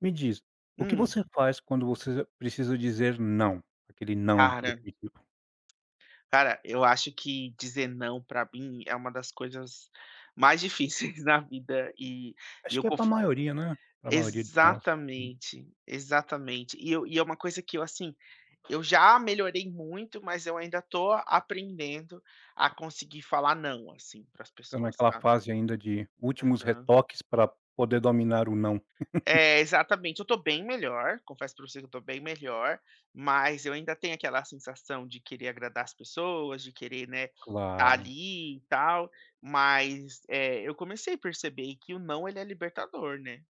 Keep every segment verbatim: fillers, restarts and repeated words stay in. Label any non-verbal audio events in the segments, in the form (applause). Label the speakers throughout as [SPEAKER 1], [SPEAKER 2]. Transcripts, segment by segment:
[SPEAKER 1] Me diz, o que
[SPEAKER 2] Hum,
[SPEAKER 1] você faz quando você precisa dizer não? Aquele não
[SPEAKER 2] cara,
[SPEAKER 1] definitivo.
[SPEAKER 2] cara, eu acho que dizer não pra mim é uma das coisas mais difíceis (laughs) na vida e e
[SPEAKER 1] Acho
[SPEAKER 2] eu
[SPEAKER 1] que é para a
[SPEAKER 2] conf
[SPEAKER 1] maioria, né, para a maioria de nós.
[SPEAKER 2] exatamente, exatamente. E eu e é uma coisa que eu, assim, eu já melhorei muito, mas eu ainda tô aprendendo a conseguir falar não, assim, para as
[SPEAKER 1] Tá
[SPEAKER 2] pessoas,
[SPEAKER 1] naquela
[SPEAKER 2] sabe.
[SPEAKER 1] fase ainda de últimos retoques para poder dominar o não.
[SPEAKER 2] É, exatamente. Eu tô bem melhor, confesso pra você que eu tô bem melhor, mas eu ainda tenho aquela sensação de querer agradar as pessoas, de querer, né, tá
[SPEAKER 1] Claro.
[SPEAKER 2] ali e tal, mas, eh, eu comecei a perceber que o não ele é libertador, né.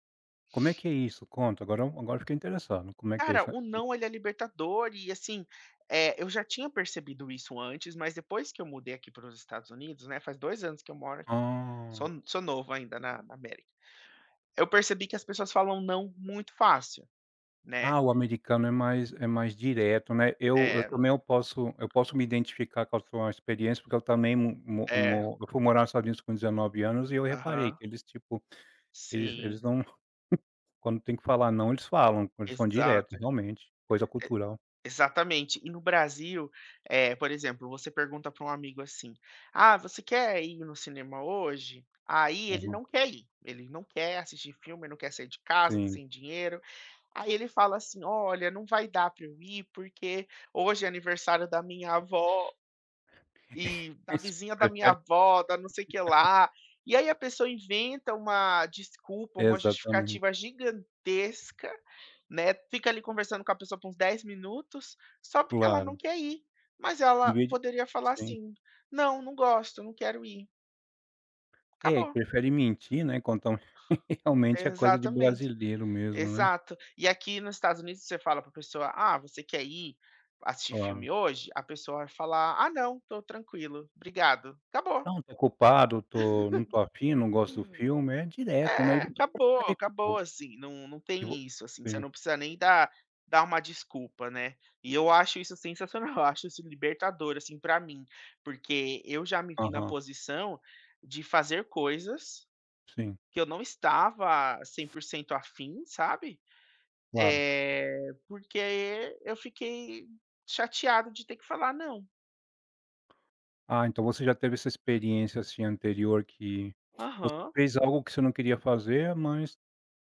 [SPEAKER 1] Como é que é isso? Conta, agora eu agora eu fiquei interessado, como é que é
[SPEAKER 2] Cara,
[SPEAKER 1] isso?
[SPEAKER 2] o não ele é libertador e assim, eh, eu já tinha percebido isso antes, mas depois que eu mudei aqui para os Estados Unidos, né, faz dois anos que eu moro aqui, sou
[SPEAKER 1] Ah.
[SPEAKER 2] sou novo ainda na na América. Eu percebi que as pessoas falam não muito fácil, né.
[SPEAKER 1] Ah, o americano é mais é mais direto, né. Eu eu
[SPEAKER 2] É,
[SPEAKER 1] também eu posso eu posso me identificar com a sua experiência, porque eu também mo mo
[SPEAKER 2] é.
[SPEAKER 1] mo eu fui morar nos Estados Unidos com dezenove anos e eu reparei
[SPEAKER 2] Aham,
[SPEAKER 1] que eles, tipo, eles
[SPEAKER 2] sim,
[SPEAKER 1] eles não. Quando tem que falar "não", eles falam, eles são diretos,
[SPEAKER 2] exato,
[SPEAKER 1] realmente, coisa
[SPEAKER 2] e
[SPEAKER 1] cultural.
[SPEAKER 2] exatamente. E no Brasil, eh, por exemplo, você pergunta para um amigo assim: "Ah, você quer ir no cinema hoje?" Aí ele
[SPEAKER 1] Uhum,
[SPEAKER 2] não quer ir, ele não quer assistir filme, ele não quer sair de casa, tá
[SPEAKER 1] sim.
[SPEAKER 2] sem dinheiro. Aí ele fala assim: "Olha, não vai dar para eu ir, porque hoje é aniversário da minha avó."
[SPEAKER 1] (laughs)
[SPEAKER 2] E da
[SPEAKER 1] Eles
[SPEAKER 2] vizinha da minha
[SPEAKER 1] preferem
[SPEAKER 2] avó, da não sei o que lá. E aí a pessoa inventa uma desculpa, uma
[SPEAKER 1] exatamente,
[SPEAKER 2] justificativa gigantesca, né, fica ali conversando com a pessoa por uns dez minutos, só porque ela não
[SPEAKER 1] claro.
[SPEAKER 2] quer ir. Mas
[SPEAKER 1] Em
[SPEAKER 2] ela
[SPEAKER 1] vez de
[SPEAKER 2] poderia falar
[SPEAKER 1] sim.
[SPEAKER 2] assim: "Não, não gosto, não quero ir".
[SPEAKER 1] É,
[SPEAKER 2] Acabou.
[SPEAKER 1] prefere mentir, né, contar estão, (laughs) realmente é coisa de
[SPEAKER 2] Exatamente.
[SPEAKER 1] brasileiro mesmo, né.
[SPEAKER 2] Exato. E aqui nos Estados Unidos você fala para a pessoa: "Ah, você quer ir assistir
[SPEAKER 1] Claro.
[SPEAKER 2] filme hoje?" A pessoa vai falar: "Ah não, tô tranquilo, obrigado". Acabou.
[SPEAKER 1] "Não, tô ocupado, tô não tô afim, não gosto do filme", é direto, né,
[SPEAKER 2] É,
[SPEAKER 1] e você
[SPEAKER 2] acabou,
[SPEAKER 1] prefere
[SPEAKER 2] acabou,
[SPEAKER 1] vo-
[SPEAKER 2] assim, não não
[SPEAKER 1] e
[SPEAKER 2] tem
[SPEAKER 1] vo
[SPEAKER 2] isso, assim, você
[SPEAKER 1] sim,
[SPEAKER 2] não precisa nem dar dar uma desculpa, né. E eu acho isso sensacional, (laughs) eu acho isso libertador, assim, pra mim, porque eu já me vi na
[SPEAKER 1] aham,
[SPEAKER 2] posição de fazer coisas
[SPEAKER 1] sim,
[SPEAKER 2] que eu não estava cem por cento afim, sabe.
[SPEAKER 1] claro.
[SPEAKER 2] é Porque eu fiquei chateado de ter que falar não.
[SPEAKER 1] Ah, então você já teve essa experiência, assim, anterior que você
[SPEAKER 2] Aham,
[SPEAKER 1] fez algo que você não queria fazer, mas.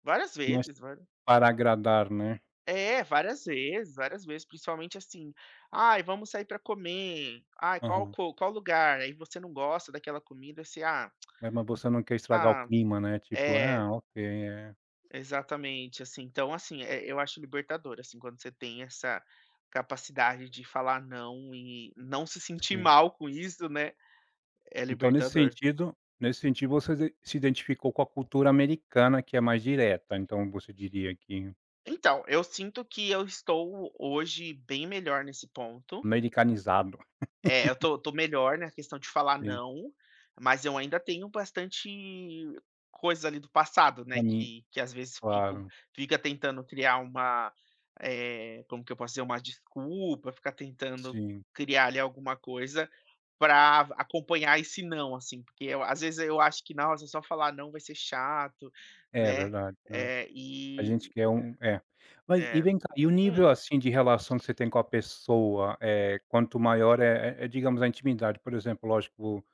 [SPEAKER 2] várias
[SPEAKER 1] Mas
[SPEAKER 2] vezes, va
[SPEAKER 1] para agradar, né.
[SPEAKER 2] é, várias vezes, várias vezes, principalmente assim: "Ai, vamos sair para comer. Ai, qual
[SPEAKER 1] Aham.
[SPEAKER 2] co qual lugar?". Aí você não gosta daquela comida, você: "Ah,
[SPEAKER 1] É, mas você não quer estragar o
[SPEAKER 2] ah"
[SPEAKER 1] clima, né, tipo:
[SPEAKER 2] é,
[SPEAKER 1] "Ah, ok, é".
[SPEAKER 2] exatamente, assim. Então, assim, eh, eu acho libertador, assim, quando você tem essa capacidade de falar não e não se sentir
[SPEAKER 1] Sim.
[SPEAKER 2] mal com isso, né, é
[SPEAKER 1] Então nesse
[SPEAKER 2] libertador.
[SPEAKER 1] sentido nesse sentido você se se identificou com a cultura americana que é mais direta, então você diria que
[SPEAKER 2] Então, eu sinto que eu estou hoje bem melhor nesse ponto.
[SPEAKER 1] americanizado.
[SPEAKER 2] É, eu tô tô melhor na questão de falar
[SPEAKER 1] Sim,
[SPEAKER 2] "não", mas eu ainda tenho bastante coisas ali do passado, né,
[SPEAKER 1] pra mim
[SPEAKER 2] que que às vezes fico
[SPEAKER 1] claro.
[SPEAKER 2] fica tentando criar uma, eh, como que eu posso dizer? Uma desculpa, fica tentando
[SPEAKER 1] Sim.
[SPEAKER 2] criar ali alguma coisa para acompanhar esse "não", assim, porque eu às vezes eu acho que: "Nossa, só falar "não" vai ser chato",
[SPEAKER 1] É
[SPEAKER 2] né,
[SPEAKER 1] verdade, né.
[SPEAKER 2] eh,
[SPEAKER 1] A gente
[SPEAKER 2] e
[SPEAKER 1] quer um é. Mas e
[SPEAKER 2] é.
[SPEAKER 1] vem cá, e o nível,
[SPEAKER 2] Hum,
[SPEAKER 1] assim, de relação que você tem com a pessoa, eh, quanto maior é é é digamos a intimidade, por exemplo, lógico.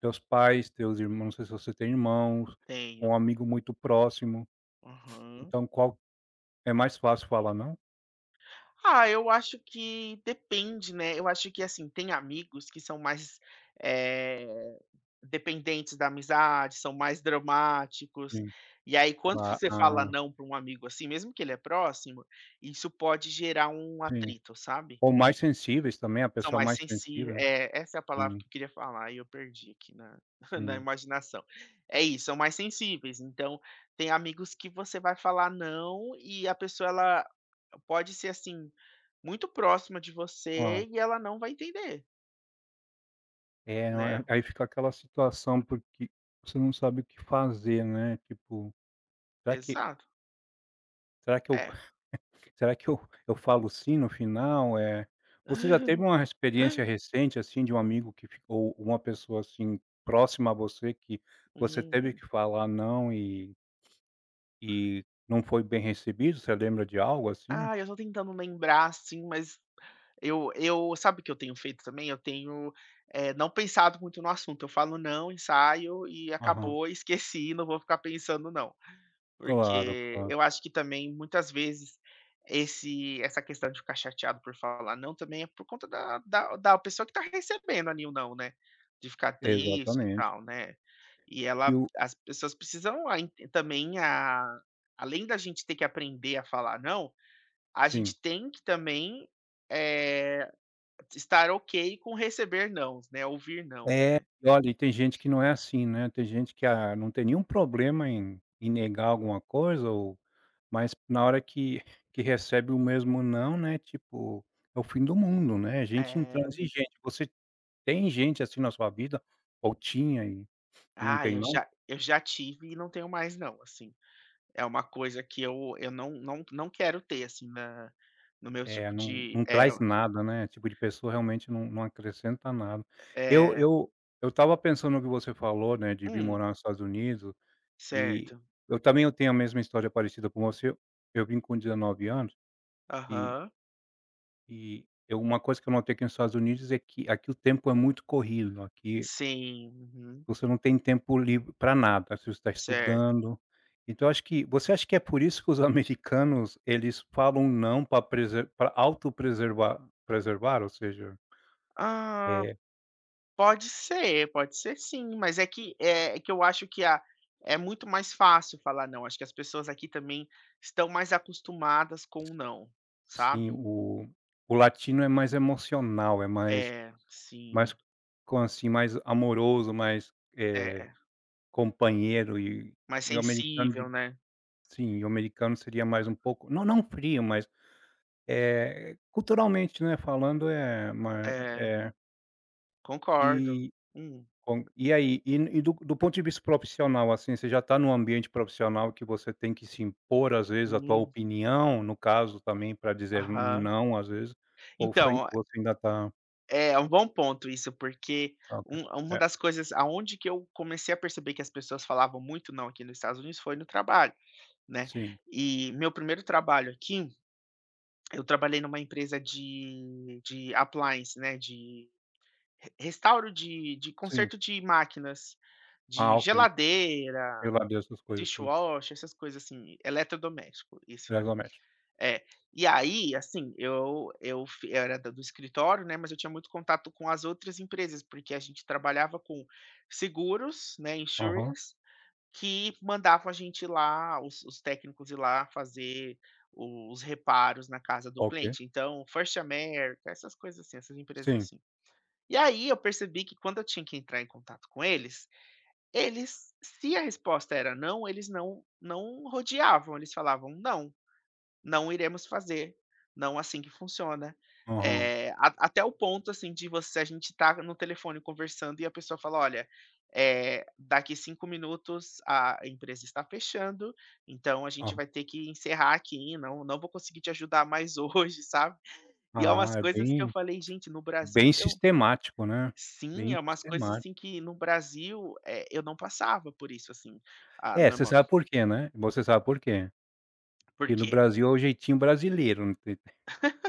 [SPEAKER 1] Teus pais, teus irmãos, não sei se você tem irmãos,
[SPEAKER 2] tenho.
[SPEAKER 1] um amigo muito próximo,
[SPEAKER 2] Aham.
[SPEAKER 1] então qual é mais fácil falar não?
[SPEAKER 2] Ah, eu acho que depende, né, eu acho que, assim, tem amigos que são mais, eh, dependentes da amizade, são mais dramáticos,
[SPEAKER 1] Sim,
[SPEAKER 2] e aí quando
[SPEAKER 1] cla
[SPEAKER 2] você fala
[SPEAKER 1] ah,
[SPEAKER 2] não para um amigo, assim, mesmo que ele é próximo, isso pode gerar um
[SPEAKER 1] sim.
[SPEAKER 2] atrito, sabe.
[SPEAKER 1] Ou mais sensíveis também, a
[SPEAKER 2] São
[SPEAKER 1] pessoa
[SPEAKER 2] mais
[SPEAKER 1] mais
[SPEAKER 2] sensíveis,
[SPEAKER 1] sensível,
[SPEAKER 2] é, essa é a palavra
[SPEAKER 1] hum,
[SPEAKER 2] que eu queria falar e eu perdi aqui na (laughs) na
[SPEAKER 1] sim,
[SPEAKER 2] imaginação. É isso, são mais sensíveis, então tem amigos que você vai falar não e a pessoa ela Pode ser, assim, muito próxima de
[SPEAKER 1] claro.
[SPEAKER 2] você e ela não vai entender,
[SPEAKER 1] É,
[SPEAKER 2] né.
[SPEAKER 1] aí fica aquela situação porque você não sabe o que fazer, né, tipo, será que
[SPEAKER 2] Exato.
[SPEAKER 1] será que eu.
[SPEAKER 2] É.
[SPEAKER 1] Será que eu (laughs) eu falo sim no final? É, você já teve
[SPEAKER 2] (laughs)
[SPEAKER 1] uma experiência recente, assim, de um amigo que ficou uma pessoa, assim, próxima a você, que você teve
[SPEAKER 2] Hum.
[SPEAKER 1] que falar não e e não foi bem recebido? Você lembra de algo assim?
[SPEAKER 2] Ah, eu tô tentando lembrar, assim, mas eu eu sabe o que eu tenho feito também? Eu tenho, eh, não pensado muito no assunto. Eu falo: "Não", ensaio e
[SPEAKER 1] Aham.
[SPEAKER 2] acabou, (laughs) esqueci, não vou ficar pensando não.
[SPEAKER 1] Claro,
[SPEAKER 2] Porque
[SPEAKER 1] claro.
[SPEAKER 2] eu acho que também muitas vezes esse essa questão de ficar chateado por falar não também é por conta da da da pessoa que tá recebendo ali o não, né, de ficar triste e
[SPEAKER 1] Exatamente.
[SPEAKER 2] tal, né. E
[SPEAKER 1] E
[SPEAKER 2] ela
[SPEAKER 1] o
[SPEAKER 2] As pessoas precisam a também a além da gente ter que aprender a falar não, a
[SPEAKER 1] sim.
[SPEAKER 2] gente tem que também, eh, estar ok com receber nãos, né, ouvir nãos.
[SPEAKER 1] É, olha, e tem gente que não é assim, né, tem gente que, ah, não tem nenhum problema em em negar alguma coisa ou. Mas na hora que que recebe o mesmo não, né, tipo, é o fim do mundo, né, gente
[SPEAKER 2] É.
[SPEAKER 1] intransigente. Você tem gente assim na sua vida, ou tinha e e não
[SPEAKER 2] Ah,
[SPEAKER 1] tem
[SPEAKER 2] eu
[SPEAKER 1] mais?
[SPEAKER 2] já eu já tive e não tenho mais não, assim. É uma coisa que eu eu não não não quero ter, assim, na no meu
[SPEAKER 1] É,
[SPEAKER 2] tipo
[SPEAKER 1] não
[SPEAKER 2] de
[SPEAKER 1] não
[SPEAKER 2] é.
[SPEAKER 1] traz nada, né, tipo de pessoa realmente não não acrescenta nada. Eu
[SPEAKER 2] É.
[SPEAKER 1] eu eu estava pensando no que você falou, né, de vir
[SPEAKER 2] Hum,
[SPEAKER 1] morar nos Estados Unidos, e
[SPEAKER 2] certo.
[SPEAKER 1] eu também eu tenho a mesma história parecida com você. Eu vim com dezenove anos, e
[SPEAKER 2] Aham.
[SPEAKER 1] e eu, uma coisa que eu notei aqui nos Estados Unidos é que aqui o tempo é muito corrido, aqui.
[SPEAKER 2] Sim, uhum,
[SPEAKER 1] Você não tem tempo livre para nada, você está
[SPEAKER 2] certo.
[SPEAKER 1] estudando. Então acho que você acha que é por isso que os (laughs) americanos, eles falam não para preser pra autopreservar preservar? Ou seja,
[SPEAKER 2] Ah,
[SPEAKER 1] eh,
[SPEAKER 2] pode ser, pode ser sim, mas é que é é que eu acho que a é muito mais fácil falar não, acho que as pessoas aqui também estão mais acostumadas com o não,
[SPEAKER 1] sim,
[SPEAKER 2] sabe.
[SPEAKER 1] o o latino é mais emocional, é mais
[SPEAKER 2] É,
[SPEAKER 1] mais
[SPEAKER 2] sim,
[SPEAKER 1] com assim, mais amoroso, mais,
[SPEAKER 2] é
[SPEAKER 1] eh,
[SPEAKER 2] é
[SPEAKER 1] companheiro e
[SPEAKER 2] mais
[SPEAKER 1] e o americano
[SPEAKER 2] sensível,
[SPEAKER 1] de
[SPEAKER 2] né.
[SPEAKER 1] sim, o americano seria mais um pouco não não frio, mas, eh, culturalmente, né, falando, é ma
[SPEAKER 2] É,
[SPEAKER 1] é,
[SPEAKER 2] concordo.
[SPEAKER 1] e.
[SPEAKER 2] Hum,
[SPEAKER 1] Com e aí, e e do do ponto de vista profissional, assim, você já está num ambiente profissional que você tem que se impor, às vezes, a tua
[SPEAKER 2] hum,
[SPEAKER 1] opinião, no caso também para dizer um
[SPEAKER 2] aham.
[SPEAKER 1] não, às vezes, ou foi
[SPEAKER 2] Então,
[SPEAKER 1] você ainda está
[SPEAKER 2] é um bom ponto isso, porque
[SPEAKER 1] ah, ok.
[SPEAKER 2] um uma
[SPEAKER 1] É,
[SPEAKER 2] das coisas aonde que eu comecei a perceber que as pessoas falavam muito "não" aqui nos Estados Unidos foi no trabalho, né.
[SPEAKER 1] sim,
[SPEAKER 2] E meu primeiro trabalho aqui, eu trabalhei numa empresa de de appliance, né, de re restauro de de
[SPEAKER 1] sim.
[SPEAKER 2] conserto de máquinas,
[SPEAKER 1] Ah,
[SPEAKER 2] de
[SPEAKER 1] ok.
[SPEAKER 2] geladeira,
[SPEAKER 1] Eu lavei essas coisas, sim,
[SPEAKER 2] dishwasher, essas coisas assim, eletrodoméstico, isso, né.
[SPEAKER 1] legalmente.
[SPEAKER 2] É. E aí, assim, eu eu fi eu era da do escritório, né, mas eu tinha muito contato com as outras empresas, porque a gente trabalhava com seguros, né,
[SPEAKER 1] Aham,
[SPEAKER 2] insurance, que mandavam a gente ir lá, os os técnicos ir lá fazer o- os reparos na casa do
[SPEAKER 1] ok.
[SPEAKER 2] cliente. Então, First America, essas coisas assim, essas empresas
[SPEAKER 1] Sim,
[SPEAKER 2] assim. E aí eu percebi que quando eu tinha que entrar em contato com eles, eles se a resposta era não, eles não não rodeavam, eles falavam: "Não". Não iremos fazer, não assim que funciona.
[SPEAKER 1] aham,
[SPEAKER 2] Eh, a Até o ponto, assim, de você a gente tá no telefone conversando e a pessoa fala: "Olha, eh, daqui cinco minutos a empresa está fechando, então a gente
[SPEAKER 1] aham.
[SPEAKER 2] vai ter que encerrar aqui, não não vou conseguir te ajudar mais (laughs) hoje", sabe. E é umas
[SPEAKER 1] Ah, é
[SPEAKER 2] coisas que eu
[SPEAKER 1] bem
[SPEAKER 2] falei: "Gente, no
[SPEAKER 1] bem
[SPEAKER 2] Brasil eu"
[SPEAKER 1] sistemático, né,
[SPEAKER 2] sim,
[SPEAKER 1] bem
[SPEAKER 2] é umas coisas,
[SPEAKER 1] sistemático.
[SPEAKER 2] assim, que no Brasil, eh, eu não passava por isso, assim, ah,
[SPEAKER 1] É, você
[SPEAKER 2] normal.
[SPEAKER 1] sabe por quê, né, você sabe por quê. Que no
[SPEAKER 2] Porque
[SPEAKER 1] Brasil é o jeitinho brasileiro, não.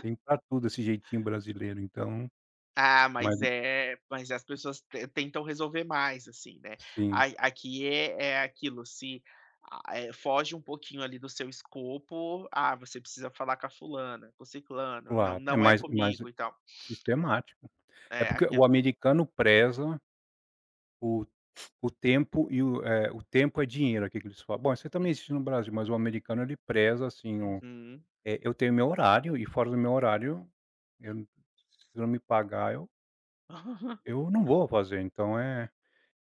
[SPEAKER 1] Tem para tudo esse jeitinho brasileiro, então
[SPEAKER 2] ah,
[SPEAKER 1] mas
[SPEAKER 2] mas é mas as pessoas te tentam resolver mais, assim, né. A
[SPEAKER 1] sim,
[SPEAKER 2] Aqui é é aquilo, se, ah, eh, foge um pouquinho ali do seu escopo, "Ah, você precisa falar com a fulana, com o ciclano, não
[SPEAKER 1] claro, é
[SPEAKER 2] não é
[SPEAKER 1] mais mais
[SPEAKER 2] comigo e tal".
[SPEAKER 1] sistemático. É
[SPEAKER 2] É,
[SPEAKER 1] porque
[SPEAKER 2] aqui é.
[SPEAKER 1] o americano preza o o tempo e o, eh, o tempo é dinheiro, aqui que eles falam. Bom, isso aí
[SPEAKER 2] Hum,
[SPEAKER 1] também existe no Brasil, mas o americano ele preza, assim, o
[SPEAKER 2] uhum.
[SPEAKER 1] eh, eu tenho meu horário e fora do meu horário, eu se não me pagar, eu
[SPEAKER 2] (laughs)
[SPEAKER 1] eu não vou fazer, então é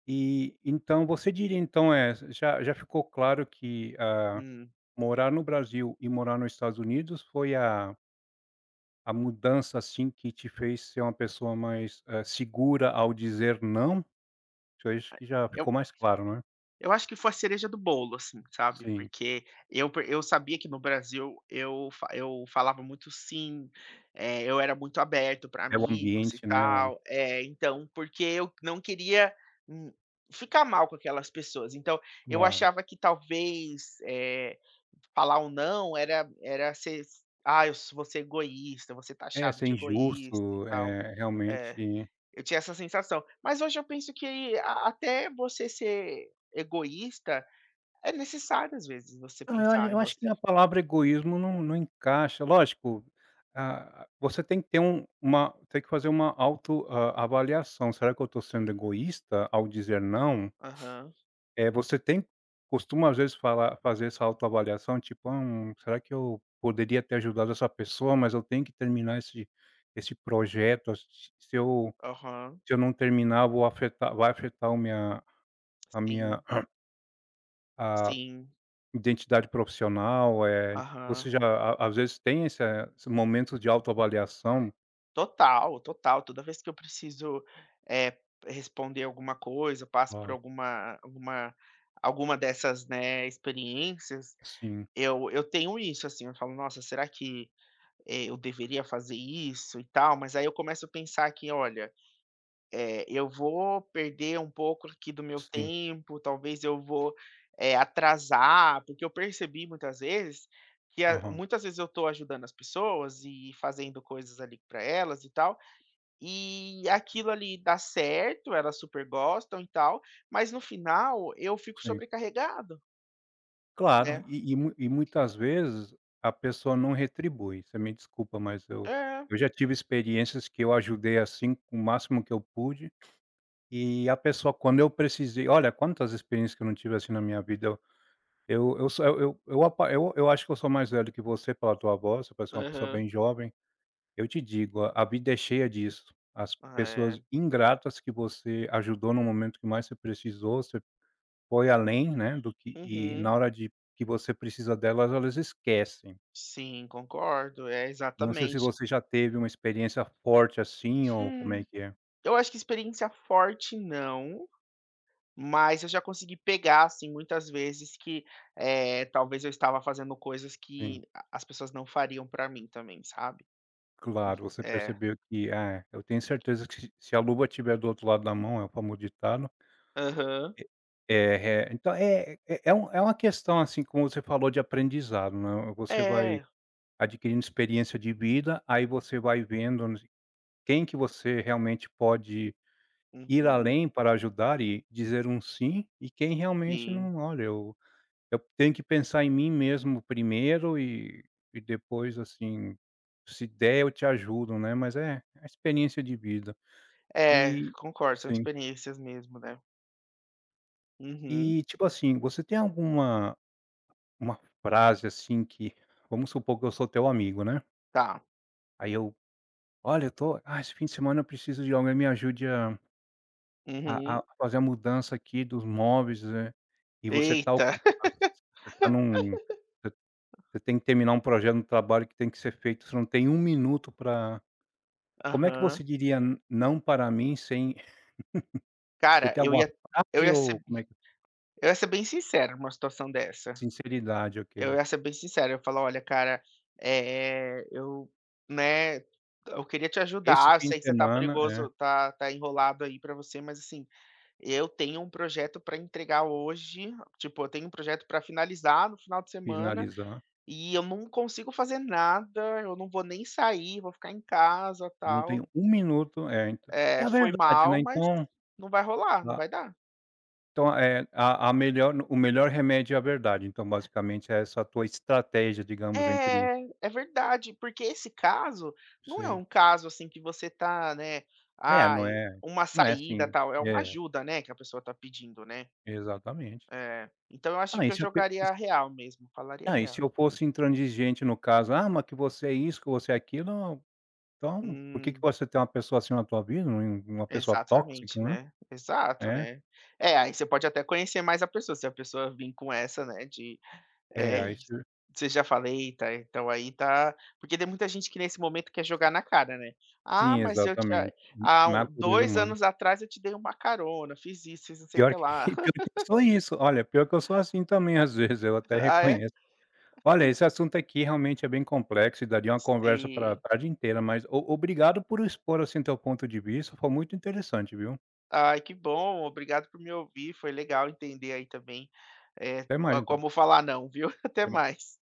[SPEAKER 1] e então você diria então, é já já ficou claro que, ah,
[SPEAKER 2] Hum.
[SPEAKER 1] morar no Brasil e morar nos Estados Unidos foi a. A mudança, assim, que te fez ser uma pessoa mais, eh, segura ao dizer "não"? Isso aí acho que já
[SPEAKER 2] Eu
[SPEAKER 1] ficou mais claro, né?
[SPEAKER 2] Eu acho que foi a cereja do bolo, assim, sabe,
[SPEAKER 1] Sim,
[SPEAKER 2] porque eu per eu sabia que no Brasil eu fa eu falava muito sim, eh, eu era muito aberto para
[SPEAKER 1] é o
[SPEAKER 2] amigos e
[SPEAKER 1] ambiente, né, o
[SPEAKER 2] tal. É, então, porque eu não queria, hum, ficar mal com aquelas pessoas. Então, eu
[SPEAKER 1] claro.
[SPEAKER 2] achava que talvez, eh, falar um não era era ser "Ah, eu sou- vou ser egoísta, vou ser
[SPEAKER 1] É,
[SPEAKER 2] taxado
[SPEAKER 1] ser
[SPEAKER 2] de egoísta e
[SPEAKER 1] injusto,
[SPEAKER 2] tal".
[SPEAKER 1] é
[SPEAKER 2] É,
[SPEAKER 1] realmente.
[SPEAKER 2] eu tinha essa sensação. Mas hoje eu penso que a até você ser egoísta é necessário, às vezes, você
[SPEAKER 1] Ah, eu acho
[SPEAKER 2] pensar em
[SPEAKER 1] eu acho que
[SPEAKER 2] você.
[SPEAKER 1] a palavra egoísmo não não encaixa. Lógico, ah, você tem que ter um uma tem que fazer uma autoavaliação "Será que eu estou sendo egoísta ao dizer não?"
[SPEAKER 2] Aham,
[SPEAKER 1] Eh, você tem costuma às vezes falar fazer essa autoavaliação, tipo: "Ah, Hum, será que eu poderia ter ajudado essa pessoa, mas eu tenho que terminar esse esse projeto, se se eu,
[SPEAKER 2] aham.
[SPEAKER 1] se eu não terminar vou afetar vai afetar o minha a minha
[SPEAKER 2] Sim,
[SPEAKER 1] a
[SPEAKER 2] sim.
[SPEAKER 1] identidade profissional", eh, você
[SPEAKER 2] Aham.
[SPEAKER 1] já a às vezes tem essa esse momento de autoavaliação?
[SPEAKER 2] Total, total. Toda vez que eu preciso, eh, responder alguma coisa, passo por
[SPEAKER 1] Ah,
[SPEAKER 2] alguma alguma alguma dessas, né, experiências,
[SPEAKER 1] sim,
[SPEAKER 2] eu eu tenho isso, assim, eu falo: "Nossa, será que, eh, eu deveria fazer isso e tal?" Mas aí eu começo a pensar que: "Olha", é, eu vou perder um pouco aqui do meu
[SPEAKER 1] sim.
[SPEAKER 2] tempo, talvez eu vou, eh, atrasar, porque eu percebi muitas vezes que a
[SPEAKER 1] Aham,
[SPEAKER 2] muitas vezes eu estou ajudando as pessoas e fazendo coisas ali para elas e tal, e aquilo ali dá certo, elas super gostam e tal, mas no final eu fico
[SPEAKER 1] sim.
[SPEAKER 2] sobrecarregado,
[SPEAKER 1] Claro,
[SPEAKER 2] né.
[SPEAKER 1] e e mui e muitas vezes a pessoa não retribui. Você me desculpa, mas eu
[SPEAKER 2] É,
[SPEAKER 1] eu já tive experiências que eu ajudei, assim, com o máximo que eu pude, e a pessoa quando eu precisei, olha, quantas experiências que eu não tive, assim, na minha vida, eu eu eu só eu eu eu apa eu eu acho que eu sou mais velho que você pela tua voz, você parece uma pessoa
[SPEAKER 2] aham,
[SPEAKER 1] bem jovem. Eu te digo, a a vida é cheia disso. As pessoas
[SPEAKER 2] é,
[SPEAKER 1] ingratas que você ajudou no momento que mais você precisou, foi além, né, do que e na
[SPEAKER 2] uhum,
[SPEAKER 1] hora de que você precisa delas, elas esquecem.
[SPEAKER 2] sim, concordo, é,
[SPEAKER 1] Eu não sei se
[SPEAKER 2] exatamente.
[SPEAKER 1] você já teve uma experiência forte assim, ou como é
[SPEAKER 2] Hum,
[SPEAKER 1] que é?
[SPEAKER 2] eu acho que experiência forte não, mas eu já consegui pegar, assim, muitas vezes que, eh, talvez eu estava fazendo coisas que
[SPEAKER 1] Sim,
[SPEAKER 2] a as pessoas não fariam pra mim também, sabe.
[SPEAKER 1] claro, você
[SPEAKER 2] É.
[SPEAKER 1] percebeu que, ah, eu tenho certeza que se se a luva tiver do outro lado da mão, é o famoso ditado.
[SPEAKER 2] Aham.
[SPEAKER 1] Eh, eh, então é é é um é uma questão, assim, como você falou, de aprendizado, né, você vai
[SPEAKER 2] É.
[SPEAKER 1] adquirindo experiência de vida, aí você vai vendo, né, quem que você realmente pode ir
[SPEAKER 2] Uhum.
[SPEAKER 1] além para ajudar e dizer um "sim", e quem realmente
[SPEAKER 2] Sim.
[SPEAKER 1] não: "Olha, eu eu tenho que pensar em mim mesmo primeiro e e depois, assim, se der eu te ajudo", né, mas é a experiência de vida.
[SPEAKER 2] É,
[SPEAKER 1] E
[SPEAKER 2] concordo, são
[SPEAKER 1] sim.
[SPEAKER 2] experiências mesmo, né. Uhum.
[SPEAKER 1] E, tipo assim, você tem alguma uma frase, assim, que vamos supor que eu sou teu amigo, né,
[SPEAKER 2] Tá.
[SPEAKER 1] aí eu: "Olha, eu tô ah, esse fim de semana eu preciso de alguém que me ajude a"
[SPEAKER 2] Uhum.
[SPEAKER 1] A a fazer a mudança aqui dos móveis, né, e você tá
[SPEAKER 2] Eita.
[SPEAKER 1] ocupado, você tá num você você tem que terminar um projeto no trabalho que tem que ser feito, você não tem um minuto pra
[SPEAKER 2] (laughs)
[SPEAKER 1] como é que
[SPEAKER 2] Aham.
[SPEAKER 1] você diria "n não para mim" sem (laughs) você
[SPEAKER 2] Cara,
[SPEAKER 1] tem
[SPEAKER 2] eu
[SPEAKER 1] alguma
[SPEAKER 2] ia eu
[SPEAKER 1] frase
[SPEAKER 2] ia
[SPEAKER 1] ou
[SPEAKER 2] ser
[SPEAKER 1] como é que
[SPEAKER 2] eu ia ser bem sincero numa situação dessa.
[SPEAKER 1] sinceridade,
[SPEAKER 2] Eu
[SPEAKER 1] ok.
[SPEAKER 2] ia ser bem sincero, eu ia falar: "Olha, cara, eh, eu, né, eu queria te
[SPEAKER 1] Esse
[SPEAKER 2] ajudar, eu
[SPEAKER 1] fim
[SPEAKER 2] sei
[SPEAKER 1] de
[SPEAKER 2] que você tá
[SPEAKER 1] semana é,
[SPEAKER 2] perigoso, tá tá enrolado aí pra você, mas assim, eu tenho um projeto pra entregar hoje, tipo, eu tenho um projeto pra finalizar no final de semana
[SPEAKER 1] finalizar,
[SPEAKER 2] e eu não consigo fazer nada, eu não vou nem sair, vou ficar em casa,
[SPEAKER 1] não
[SPEAKER 2] tal.
[SPEAKER 1] tenho um minuto é, então é
[SPEAKER 2] Eh,
[SPEAKER 1] a
[SPEAKER 2] foi
[SPEAKER 1] verdade,
[SPEAKER 2] mal,
[SPEAKER 1] né,
[SPEAKER 2] mas
[SPEAKER 1] então
[SPEAKER 2] não vai rolar, não
[SPEAKER 1] a
[SPEAKER 2] vai dar".
[SPEAKER 1] então, eh, a a melhor o melhor remédio é a verdade, então basicamente é essa a tua estratégia, digamos, entre
[SPEAKER 2] É, é verdade, porque esse caso não é
[SPEAKER 1] sim.
[SPEAKER 2] um caso, assim, que você tá, né,
[SPEAKER 1] É, não
[SPEAKER 2] ai,
[SPEAKER 1] é
[SPEAKER 2] uma
[SPEAKER 1] não é
[SPEAKER 2] saída,
[SPEAKER 1] assim
[SPEAKER 2] tal, é uma
[SPEAKER 1] é,
[SPEAKER 2] ajuda, né, que a pessoa tá pedindo, né.
[SPEAKER 1] exatamente.
[SPEAKER 2] É, então eu acho
[SPEAKER 1] Ah,
[SPEAKER 2] que
[SPEAKER 1] e
[SPEAKER 2] eu
[SPEAKER 1] se a pe e
[SPEAKER 2] jogaria a
[SPEAKER 1] se
[SPEAKER 2] real mesmo, falaria a
[SPEAKER 1] ah, e se
[SPEAKER 2] real.
[SPEAKER 1] eu fosse intransigente no caso: "Ah, mas que você é isso, que você é aquilo", então por que que
[SPEAKER 2] Hum,
[SPEAKER 1] você tem uma pessoa assim na tua vida, um uma pessoa tóxica,
[SPEAKER 2] exatamente,
[SPEAKER 1] né.
[SPEAKER 2] né. Exato,
[SPEAKER 1] É,
[SPEAKER 2] né. É, aí você pode até conhecer mais a pessoa, se a pessoa vim com essa, né, de
[SPEAKER 1] é,
[SPEAKER 2] é
[SPEAKER 1] aí
[SPEAKER 2] isso.
[SPEAKER 1] você
[SPEAKER 2] Você já falei, tá, então aí tá porque tem muita gente que nesse momento quer jogar na cara, né. "Ah,
[SPEAKER 1] sim,
[SPEAKER 2] mas eu te a-
[SPEAKER 1] exatamente, n
[SPEAKER 2] há um
[SPEAKER 1] natureza
[SPEAKER 2] dois
[SPEAKER 1] humana.
[SPEAKER 2] anos atrás eu te dei uma carona, fiz isso, fiz não sei o que
[SPEAKER 1] Pior que (laughs)
[SPEAKER 2] lá".
[SPEAKER 1] e pior
[SPEAKER 2] (laughs)
[SPEAKER 1] que eu sou isso, olha, pior que eu sou assim também às vezes, eu até
[SPEAKER 2] "Ah, é?".
[SPEAKER 1] reconheço. Olha, esse assunto aqui realmente é bem complexo e daria uma conversa pra
[SPEAKER 2] "Sim".
[SPEAKER 1] tarde inteira, mas o obrigado por expor, assim, teu ponto de vista, foi muito interessante, viu.
[SPEAKER 2] "Ai, que bom, obrigado por me ouvir, foi legal entender aí também, eh,
[SPEAKER 1] Até mais
[SPEAKER 2] ah,
[SPEAKER 1] então,
[SPEAKER 2] como falar não, viu. (laughs) Até
[SPEAKER 1] até mais.
[SPEAKER 2] mais".